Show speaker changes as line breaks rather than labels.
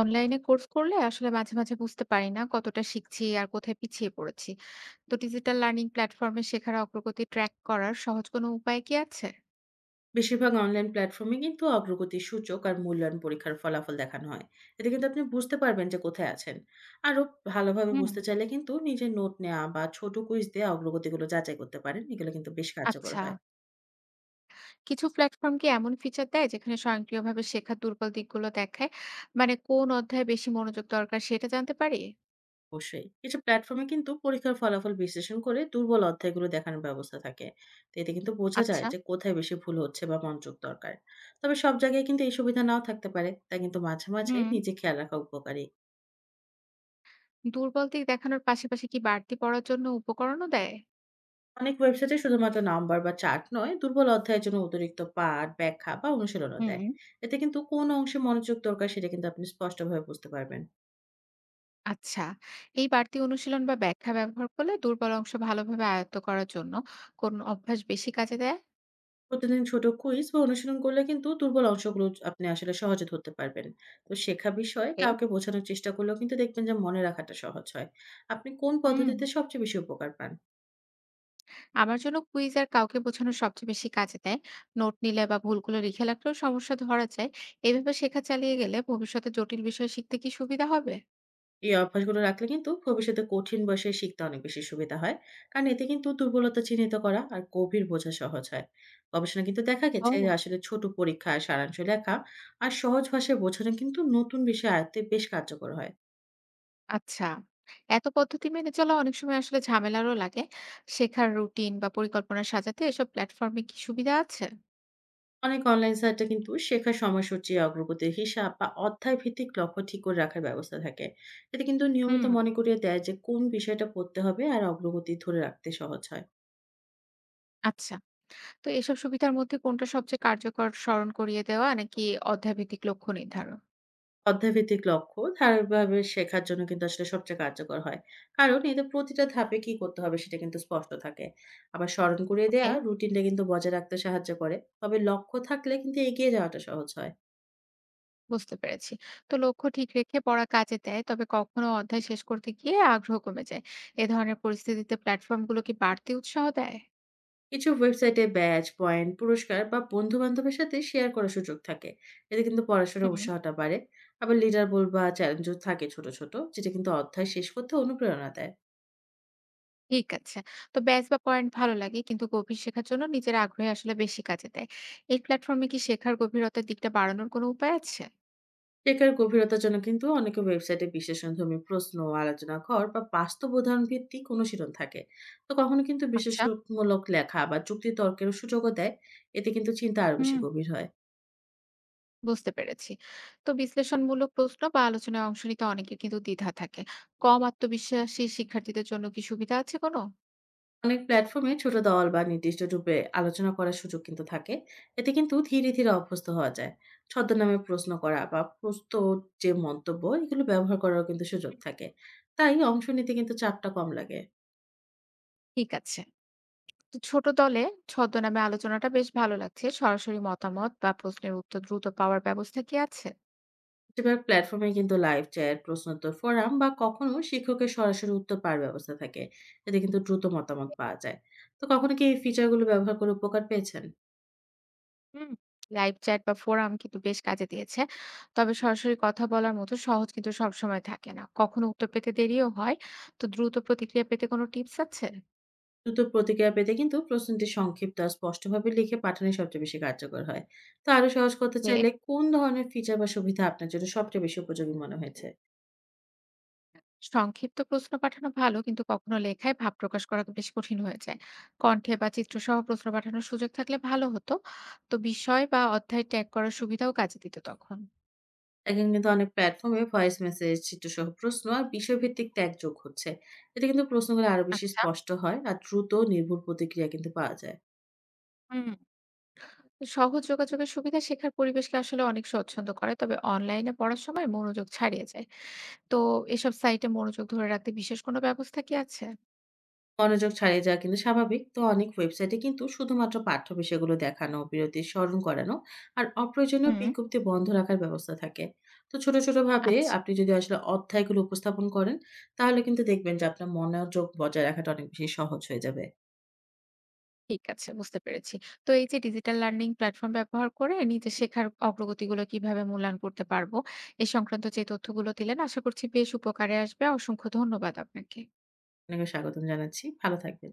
অনলাইনে কোর্স করলে আসলে মাঝে মাঝে বুঝতে পারি না কতটা শিখছি আর কোথায় পিছিয়ে পড়েছি। তো ডিজিটাল লার্নিং প্ল্যাটফর্মে শেখার অগ্রগতি ট্র্যাক করার সহজ কোনো উপায় কি আছে?
বেশিরভাগ অনলাইন প্ল্যাটফর্মে কিন্তু অগ্রগতির সূচক আর মূল্যায়ন পরীক্ষার ফলাফল দেখানো হয়। এতে কিন্তু আপনি বুঝতে পারবেন যে কোথায় আছেন। আরো ভালোভাবে
হুম।
বুঝতে চাইলে কিন্তু নিজের নোট নেওয়া বা ছোট কুইজ দিয়ে অগ্রগতিগুলো যাচাই করতে পারেন, এগুলো কিন্তু বেশ কার্যকর
আচ্ছা,
হয়।
কিছু প্ল্যাটফর্ম কি এমন ফিচার দেয় যেখানে স্বয়ংক্রিয়ভাবে শেখার দুর্বল দিকগুলো দেখায়? মানে কোন অধ্যায়ে বেশি মনোযোগ দরকার সেটা জানতে পারি?
অবশ্যই কিছু প্ল্যাটফর্মে কিন্তু পরীক্ষার ফলাফল বিশ্লেষণ করে দুর্বল অধ্যায়গুলো দেখানোর ব্যবস্থা থাকে। তো এতে কিন্তু বোঝা যায়
আচ্ছা।
যে কোথায় বেশি ভুল হচ্ছে বা মনোযোগ দরকার। তবে সব জায়গায় কিন্তু এই সুবিধা নাও থাকতে পারে, তাই কিন্তু মাঝে মাঝে
হুম।
নিজে খেয়াল রাখা উপকারী।
দুর্বল দিক দেখানোর পাশাপাশি কি বাড়তি পড়ার জন্য উপকরণও দেয়?
অনেক ওয়েবসাইটে শুধুমাত্র নম্বর বা চার্ট নয়, দুর্বল অধ্যায়ের জন্য অতিরিক্ত পাঠ ব্যাখ্যা বা অনুশীলনও
হুম।
দেয়। এতে কিন্তু কোন অংশে মনোযোগ দরকার সেটা কিন্তু আপনি স্পষ্টভাবে বুঝতে পারবেন।
আচ্ছা, এই বাড়তি অনুশীলন বা ব্যাখ্যা ব্যবহার করলে দুর্বল অংশ ভালোভাবে আয়ত্ত করার জন্য কোন অভ্যাস বেশি কাজে দেয়?
প্রতিদিন ছোট কুইজ বা অনুশীলন করলে কিন্তু দুর্বল অংশগুলো আপনি আসলে সহজে ধরতে পারবেন। তো শেখা বিষয়
এ
কাউকে বোঝানোর চেষ্টা করলেও কিন্তু দেখবেন যে মনে রাখাটা সহজ হয়। আপনি কোন
হুম।
পদ্ধতিতে সবচেয়ে বেশি উপকার পান?
আমার জন্য কুইজ আর কাউকে বোঝানো সবচেয়ে বেশি কাজে দেয়। নোট নিলে বা ভুলগুলো লিখে রাখলেও সমস্যা ধরা যায়। এইভাবে শেখা চালিয়ে গেলে ভবিষ্যতে জটিল বিষয় শিখতে কি সুবিধা হবে?
এই অভ্যাসগুলো রাখলে কিন্তু ভবিষ্যতে কঠিন বয়সে শিখতে অনেক বেশি সুবিধা হয়। কারণ এতে কিন্তু দুর্বলতা চিহ্নিত করা আর গভীর বোঝা সহজ হয়। গবেষণা কিন্তু দেখা
ও।
গেছে যে আসলে ছোট পরীক্ষায় সারাংশ লেখা আর সহজ ভাষায় বোঝানো কিন্তু নতুন বিষয় আয়ত্তে বেশ কার্যকর হয়।
আচ্ছা, এত পদ্ধতি মেনে চলা অনেক সময় আসলে ঝামেলারও লাগে। শেখার রুটিন বা পরিকল্পনা সাজাতে এসব প্ল্যাটফর্মে কি সুবিধা আছে?
অনেক অনলাইন সাইটে কিন্তু শেখার সময়সূচি, অগ্রগতির হিসাব বা অধ্যায় ভিত্তিক লক্ষ্য ঠিক করে রাখার ব্যবস্থা থাকে। এতে কিন্তু নিয়মিত
হুম।
মনে করিয়ে দেয় যে কোন বিষয়টা পড়তে হবে আর অগ্রগতি ধরে রাখতে সহজ হয়।
আচ্ছা, তো এসব সুবিধার মধ্যে কোনটা সবচেয়ে কার্যকর, স্মরণ করিয়ে দেওয়া নাকি অধ্যায়ভিত্তিক লক্ষ্য নির্ধারণ?
অধ্যায়ভিত্তিক লক্ষ্য ধারাবাহিকভাবে শেখার জন্য কিন্তু আসলে সবচেয়ে কার্যকর হয়। কারণ এতে প্রতিটা ধাপে কি করতে হবে সেটা কিন্তু স্পষ্ট থাকে। আবার স্মরণ করিয়ে দেয়া
ওকে,
রুটিনটা কিন্তু বজায় রাখতে সাহায্য করে। তবে লক্ষ্য থাকলে কিন্তু এগিয়ে যাওয়াটা সহজ হয়।
বুঝতে পেরেছি। তো লক্ষ্য ঠিক রেখে পড়া কাজে দেয়, তবে কখনো অধ্যায় শেষ করতে গিয়ে আগ্রহ কমে যায়। এ ধরনের পরিস্থিতিতে প্ল্যাটফর্মগুলো কি বাড়তি উৎসাহ দেয়?
কিছু ওয়েবসাইটে ব্যাচ পয়েন্ট পুরস্কার বা বন্ধু বান্ধবের সাথে শেয়ার করার সুযোগ থাকে। এতে কিন্তু পড়াশোনার
হুম।
উৎসাহটা বাড়ে। আবার লিডার বোর্ড বা চ্যালেঞ্জও থাকে ছোট ছোট, যেটা কিন্তু অধ্যায় শেষ করতে অনুপ্রেরণা দেয়।
ঠিক আছে। তো ব্যাচ বা পয়েন্ট ভালো লাগে, কিন্তু গভীর শেখার জন্য নিজের আগ্রহে আসলে বেশি কাজে দেয়। এই প্ল্যাটফর্মে কি শেখার গভীরতার দিকটা বাড়ানোর কোনো উপায় আছে?
টেকার গভীরতার জন্য কিন্তু অনেকে ওয়েবসাইটে বিশ্লেষণধর্মী প্রশ্ন, আলোচনা ঘর বা বাস্তব উদাহরণ ভিত্তিক অনুশীলন থাকে। তো কখনো কিন্তু
আচ্ছা।
বিশেষমূলক লেখা বা চুক্তি তর্কের সুযোগও দেয়। এতে কিন্তু চিন্তা আরো বেশি
হুম।
গভীর হয়।
বুঝতে পেরেছি। তো বিশ্লেষণমূলক প্রশ্ন বা আলোচনায় অংশ নিতে অনেকের কিন্তু দ্বিধা থাকে। কম আত্মবিশ্বাসী শিক্ষার্থীদের জন্য কি সুবিধা আছে কোনো?
অনেক প্ল্যাটফর্মে ছোট দল বা নির্দিষ্ট রূপে আলোচনা করার সুযোগ কিন্তু থাকে। এতে কিন্তু ধীরে ধীরে অভ্যস্ত হওয়া যায়। ছদ্মনামে প্রশ্ন করা বা প্রস্ত যে মন্তব্য এগুলো ব্যবহার করারও কিন্তু সুযোগ
হুম।
থাকে। তাই অংশ নিতে কিন্তু চাপটা কম লাগে।
ঠিক আছে। তো ছোট দলে ছদ্মনামে আলোচনাটা বেশ ভালো লাগছে। সরাসরি মতামত বা প্রশ্নের উত্তর দ্রুত পাওয়ার ব্যবস্থা কি আছে?
বেশিরভাগ প্ল্যাটফর্মে কিন্তু লাইভ চ্যাট, প্রশ্নোত্তর ফোরাম বা কখনো শিক্ষকের সরাসরি উত্তর পাওয়ার ব্যবস্থা থাকে। এতে কিন্তু দ্রুত মতামত পাওয়া যায়। তো কখনো কি এই ফিচারগুলো ব্যবহার করে উপকার পেয়েছেন?
হুম। লাইভ চ্যাট বা ফোরাম কিন্তু বেশ কাজে দিয়েছে। তবে সরাসরি কথা বলার মতো সহজ কিন্তু সবসময় থাকে না। কখনো উত্তর পেতে দেরিও হয়। তো দ্রুত প্রতিক্রিয়া পেতে কোনো টিপস আছে?
দ্রুত প্রতিক্রিয়া পেতে কিন্তু প্রশ্নটি সংক্ষিপ্ত আর স্পষ্টভাবে লিখে পাঠানোই সবচেয়ে বেশি কার্যকর হয়। তো আরো সহজ করতে
হ্যাঁ।
চাইলে কোন ধরনের ফিচার বা সুবিধা আপনার জন্য সবচেয়ে বেশি উপযোগী মনে হয়েছে?
সংক্ষিপ্ত প্রশ্ন পাঠানো ভালো, কিন্তু কখনো লেখায় ভাব প্রকাশ করা তো বেশ কঠিন হয়ে যায়। কণ্ঠে বা চিত্রসহ প্রশ্ন পাঠানোর সুযোগ থাকলে ভালো হতো। তো বিষয় বা অধ্যায় ট্যাগ করার সুবিধাও কাজে দিত তখন।
এখন কিন্তু অনেক প্ল্যাটফর্মে ভয়েস মেসেজ, চিত্রসহ প্রশ্ন আর বিষয়ভিত্তিক ট্যাগ যোগ হচ্ছে। এতে কিন্তু প্রশ্নগুলো আরো বেশি
আচ্ছা।
স্পষ্ট হয় আর দ্রুত নির্ভুল প্রতিক্রিয়া কিন্তু পাওয়া যায়।
হুম। সহজ যোগাযোগের সুবিধা শেখার পরিবেশকে আসলে অনেক স্বচ্ছন্দ করে, তবে অনলাইনে পড়ার সময় মনোযোগ ছাড়িয়ে যায়। তো এসব সাইটে মনোযোগ ধরে রাখতে বিশেষ কোনো ব্যবস্থা কি আছে?
মনোযোগ ছাড়িয়ে যাওয়া কিন্তু স্বাভাবিক। তো অনেক ওয়েবসাইটে কিন্তু শুধুমাত্র পাঠ্য বিষয়গুলো দেখানো, বিরতি স্মরণ করানো আর অপ্রয়োজনীয়
হুম।
বিজ্ঞপ্তি বন্ধ রাখার ব্যবস্থা থাকে। তো ছোট ছোট ভাবে
আচ্ছা।
আপনি যদি আসলে অধ্যায়গুলো উপস্থাপন করেন, তাহলে কিন্তু দেখবেন যে আপনার মনোযোগ বজায় রাখাটা অনেক বেশি সহজ হয়ে যাবে।
ঠিক আছে, বুঝতে পেরেছি। তো এই যে ডিজিটাল লার্নিং প্ল্যাটফর্ম ব্যবহার করে নিজে শেখার অগ্রগতিগুলো কিভাবে মূল্যায়ন করতে পারবো, এ সংক্রান্ত যে তথ্যগুলো দিলেন আশা করছি বেশ উপকারে আসবে। অসংখ্য ধন্যবাদ আপনাকে।
আপনাকে স্বাগতম জানাচ্ছি। ভালো থাকবেন।